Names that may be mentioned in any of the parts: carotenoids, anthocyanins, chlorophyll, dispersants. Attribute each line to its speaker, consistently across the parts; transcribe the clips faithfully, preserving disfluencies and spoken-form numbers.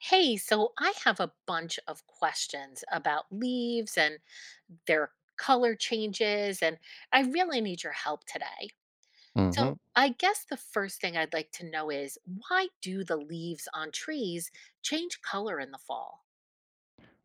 Speaker 1: Hey, so I have a bunch of questions about leaves and their color changes, and I really need your help today. So,
Speaker 2: hmm
Speaker 1: I guess the first thing I'd like to know is why do the leaves on trees change color in the fall?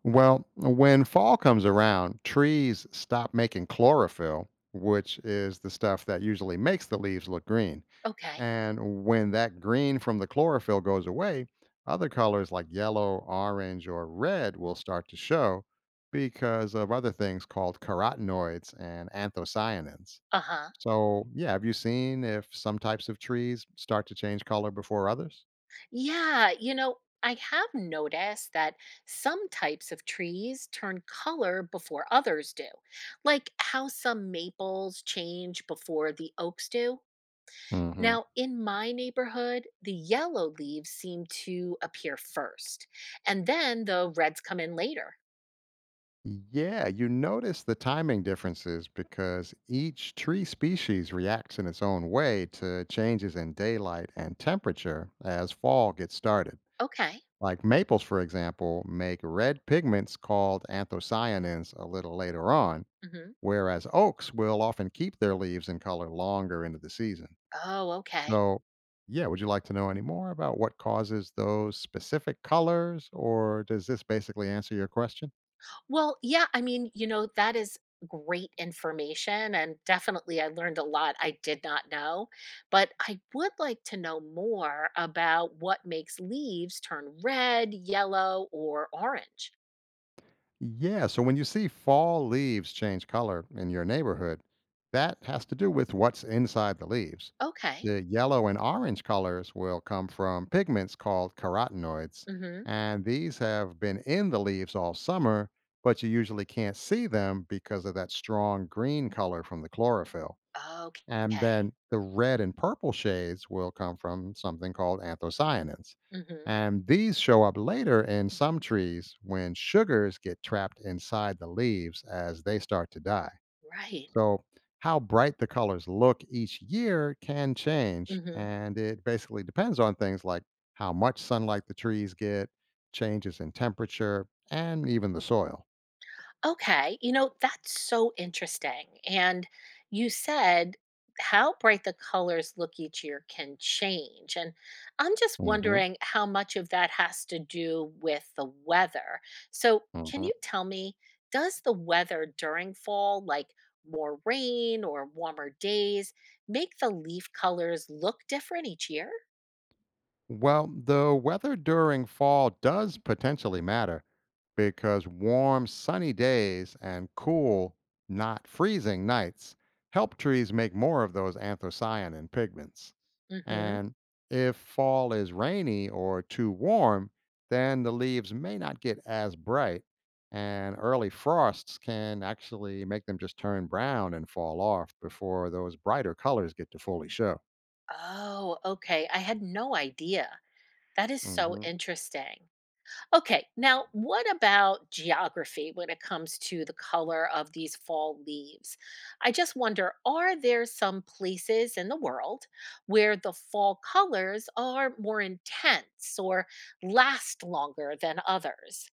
Speaker 2: Well, when fall comes around, trees stop making chlorophyll, which is the stuff that usually makes the leaves look green.
Speaker 1: Okay.
Speaker 2: And when that green from the chlorophyll goes away, other colors like yellow, orange, or red will start to show because of other things called carotenoids and anthocyanins.
Speaker 1: Uh huh.
Speaker 2: So, yeah, have you seen if some types of trees start to change color before others?
Speaker 1: Yeah, you know, I have noticed that some types of trees turn color before others do, like how some maples change before the oaks do.
Speaker 2: hmm
Speaker 1: Now, in my neighborhood, the yellow leaves seem to appear first, and then the reds come in later.
Speaker 2: Yeah, you notice the timing differences because each tree species reacts in its own way to changes in daylight and temperature as fall gets started.
Speaker 1: Okay.
Speaker 2: Like maples, for example, make red pigments called anthocyanins a little later on,
Speaker 1: Hmm.
Speaker 2: whereas oaks will often keep their leaves in color longer into the season.
Speaker 1: Oh, okay.
Speaker 2: So, yeah, would you like to know any more about what causes those specific colors, or does this basically answer your question?
Speaker 1: Well, yeah, I mean, you know, that is great information. And definitely, I learned a lot I did not know. But I would like to know more about what makes leaves turn red, yellow, or orange.
Speaker 2: Yeah, so when you see fall leaves change color in your neighborhood, that has to do with what's inside the leaves.
Speaker 1: Okay.
Speaker 2: The yellow and orange colors will come from pigments called carotenoids,
Speaker 1: Mm-hmm.
Speaker 2: and these have been in the leaves all summer, but you usually can't see them because of that strong green color from the chlorophyll. And
Speaker 1: Okay.
Speaker 2: then the red and purple shades will come from something called anthocyanins.
Speaker 1: Mm-hmm.
Speaker 2: And these show up later in some trees when sugars get trapped inside the leaves as they start to die.
Speaker 1: Right.
Speaker 2: So, how bright the colors look each year can change.
Speaker 1: Mm-hmm.
Speaker 2: And it basically depends on things like how much sunlight the trees get, changes in temperature, and even the soil.
Speaker 1: Okay, you know, that's so interesting. And you said how bright the colors look each year can change. And I'm just
Speaker 2: hmm
Speaker 1: wondering how much of that has to do with the weather. So, can
Speaker 2: hmm
Speaker 1: you tell me, does the weather during fall, like more rain or warmer days, make the leaf colors look different each year?
Speaker 2: Well, the weather during fall does potentially matter because warm, sunny days and cool, not freezing nights help trees make more of those anthocyanin pigments.
Speaker 1: Mm hmm.
Speaker 2: And if fall is rainy or too warm, then the leaves may not get as bright, and early frosts can actually make them just turn brown and fall off before those brighter colors get to fully show.
Speaker 1: Oh, okay. I had no idea. That is so
Speaker 2: Mhm.
Speaker 1: interesting. Okay, now what about geography when it comes to the color of these fall leaves? I just wonder, are there some places in the world where the fall colors are more intense or last longer than others?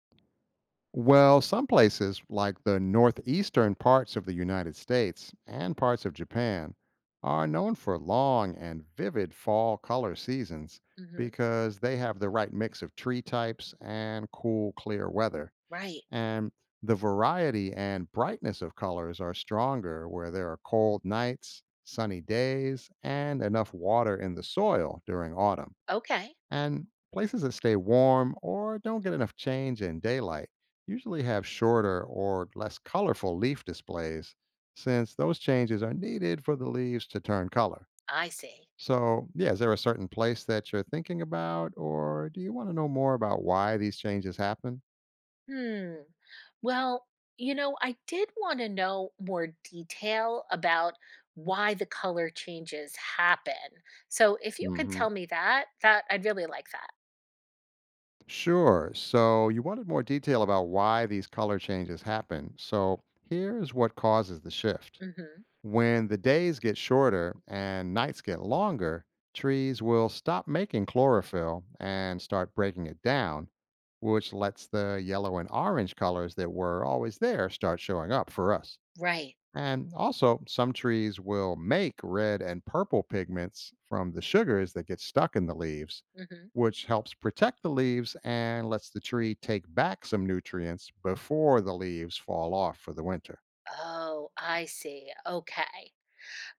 Speaker 2: Well, some places, like the northeastern parts of the United States and parts of Japan, are known for long and vivid fall color seasons
Speaker 1: Hmm.
Speaker 2: because they have the right mix of tree types and cool, clear weather.
Speaker 1: Right.
Speaker 2: And the variety and brightness of colors are stronger where there are cold nights, sunny days, and enough water in the soil during autumn.
Speaker 1: Okay,
Speaker 2: And places that stay warm or don't get enough change in daylight usually have shorter or less colorful leaf displays, since those changes are needed for the leaves to turn color.
Speaker 1: I see.
Speaker 2: So, yeah, is there a certain place that you're thinking about, or do you want to know more about why these changes happen?
Speaker 1: Hmm. Well, you know, I did want to know more detail about why the color changes happen. So if you could
Speaker 2: hmm
Speaker 1: tell me that, that I'd really like that.
Speaker 2: Sure. So, you wanted more detail about why these color changes happen. So, here's what causes the shift.
Speaker 1: Mhm.
Speaker 2: When the days get shorter and nights get longer, trees will stop making chlorophyll and start breaking it down, which lets the yellow and orange colors that were always there start showing up for us.
Speaker 1: Right.
Speaker 2: And also, some trees will make red and purple pigments from the sugars that get stuck in the leaves,
Speaker 1: Mhm.
Speaker 2: which helps protect the leaves and lets the tree take back some nutrients before the leaves fall off for the winter.
Speaker 1: Oh, I see. Okay.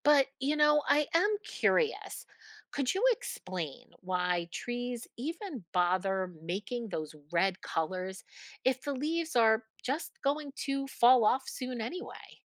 Speaker 1: But, you know, I am curious. Could you explain why trees even bother making those red colors if the leaves are just going to fall off soon anyway?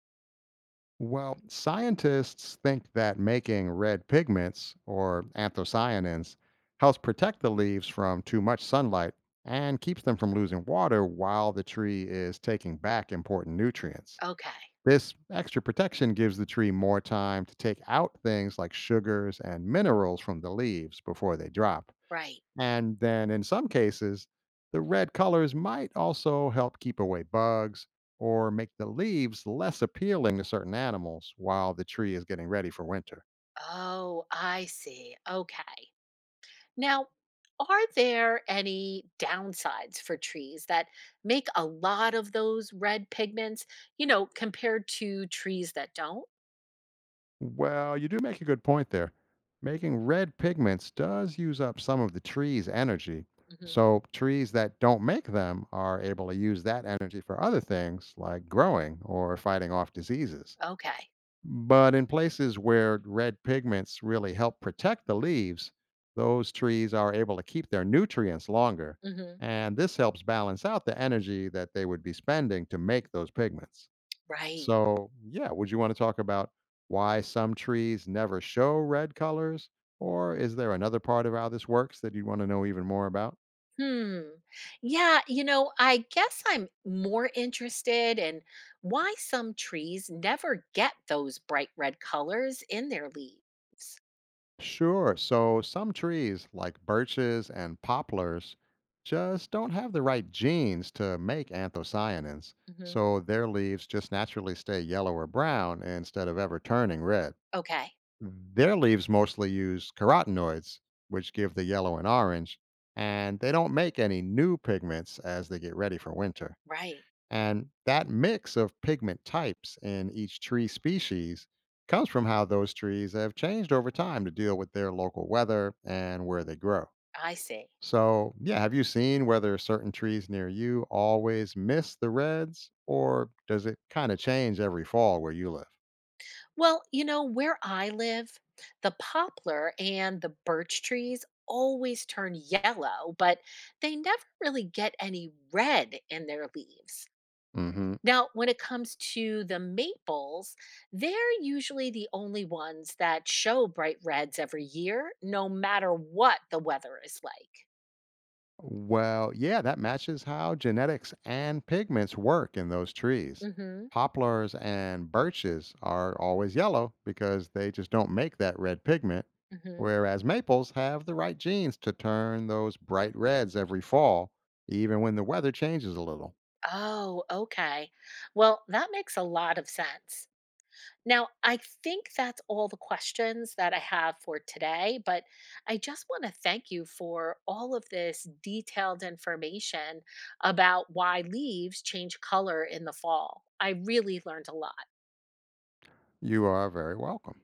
Speaker 2: Well, scientists think that making red pigments, or anthocyanins, helps protect the leaves from too much sunlight and keeps them from losing water while the tree is taking back important nutrients.
Speaker 1: Okay.
Speaker 2: This extra protection gives the tree more time to take out things like sugars and minerals from the leaves before they drop.
Speaker 1: Right.
Speaker 2: And then in some cases, the red colors might also help keep away bugs or make the leaves less appealing to certain animals while the tree is getting ready for winter.
Speaker 1: Oh, I see. Okay. Now, are there any downsides for trees that make a lot of those red pigments, you know, compared to trees that don't?
Speaker 2: Well, you do make a good point there. Making red pigments does use up some of the tree's energy.
Speaker 1: Hmm.
Speaker 2: So, trees that don't make them are able to use that energy for other things like growing or fighting off diseases.
Speaker 1: Okay.
Speaker 2: But in places where red pigments really help protect the leaves, those trees are able to keep their nutrients longer.
Speaker 1: Hmm.
Speaker 2: And this helps balance out the energy that they would be spending to make those pigments.
Speaker 1: Right.
Speaker 2: So, yeah, would you want to talk about why some trees never show red colors? Or is there another part of how this works that you'd want to know even more about?
Speaker 1: Hmm. Yeah. You know, I guess I'm more interested in why some trees never get those bright red colors in their leaves.
Speaker 2: Sure. So some trees, like birches and poplars, just don't have the right genes to make anthocyanins.
Speaker 1: Hmm.
Speaker 2: So their leaves just naturally stay yellow or brown instead of ever turning red.
Speaker 1: Okay.
Speaker 2: Their leaves mostly use carotenoids, which give the yellow and orange, and they don't make any new pigments as they get ready for winter.
Speaker 1: Right.
Speaker 2: And that mix of pigment types in each tree species comes from how those trees have changed over time to deal with their local weather and where they grow.
Speaker 1: I see.
Speaker 2: So, yeah, have you seen whether certain trees near you always miss the reds or does it kind of change every fall where you live?
Speaker 1: Well, you know, where I live, the poplar and the birch trees always turn yellow, but they never really get any red in their leaves.
Speaker 2: Mhm.
Speaker 1: Now, when it comes to the maples, they're usually the only ones that show bright reds every year, no matter what the weather is like.
Speaker 2: Well, yeah, that matches how genetics and pigments work in those trees.
Speaker 1: Mhm.
Speaker 2: Poplars and birches are always yellow because they just don't make that red pigment,
Speaker 1: Mhm.
Speaker 2: whereas maples have the right genes to turn those bright reds every fall, even when the weather changes a little.
Speaker 1: Oh, okay. Well, that makes a lot of sense. Now, I think that's all the questions that I have for today, but I just want to thank you for all of this detailed information about why leaves change color in the fall. I really learned a lot.
Speaker 2: You are very welcome.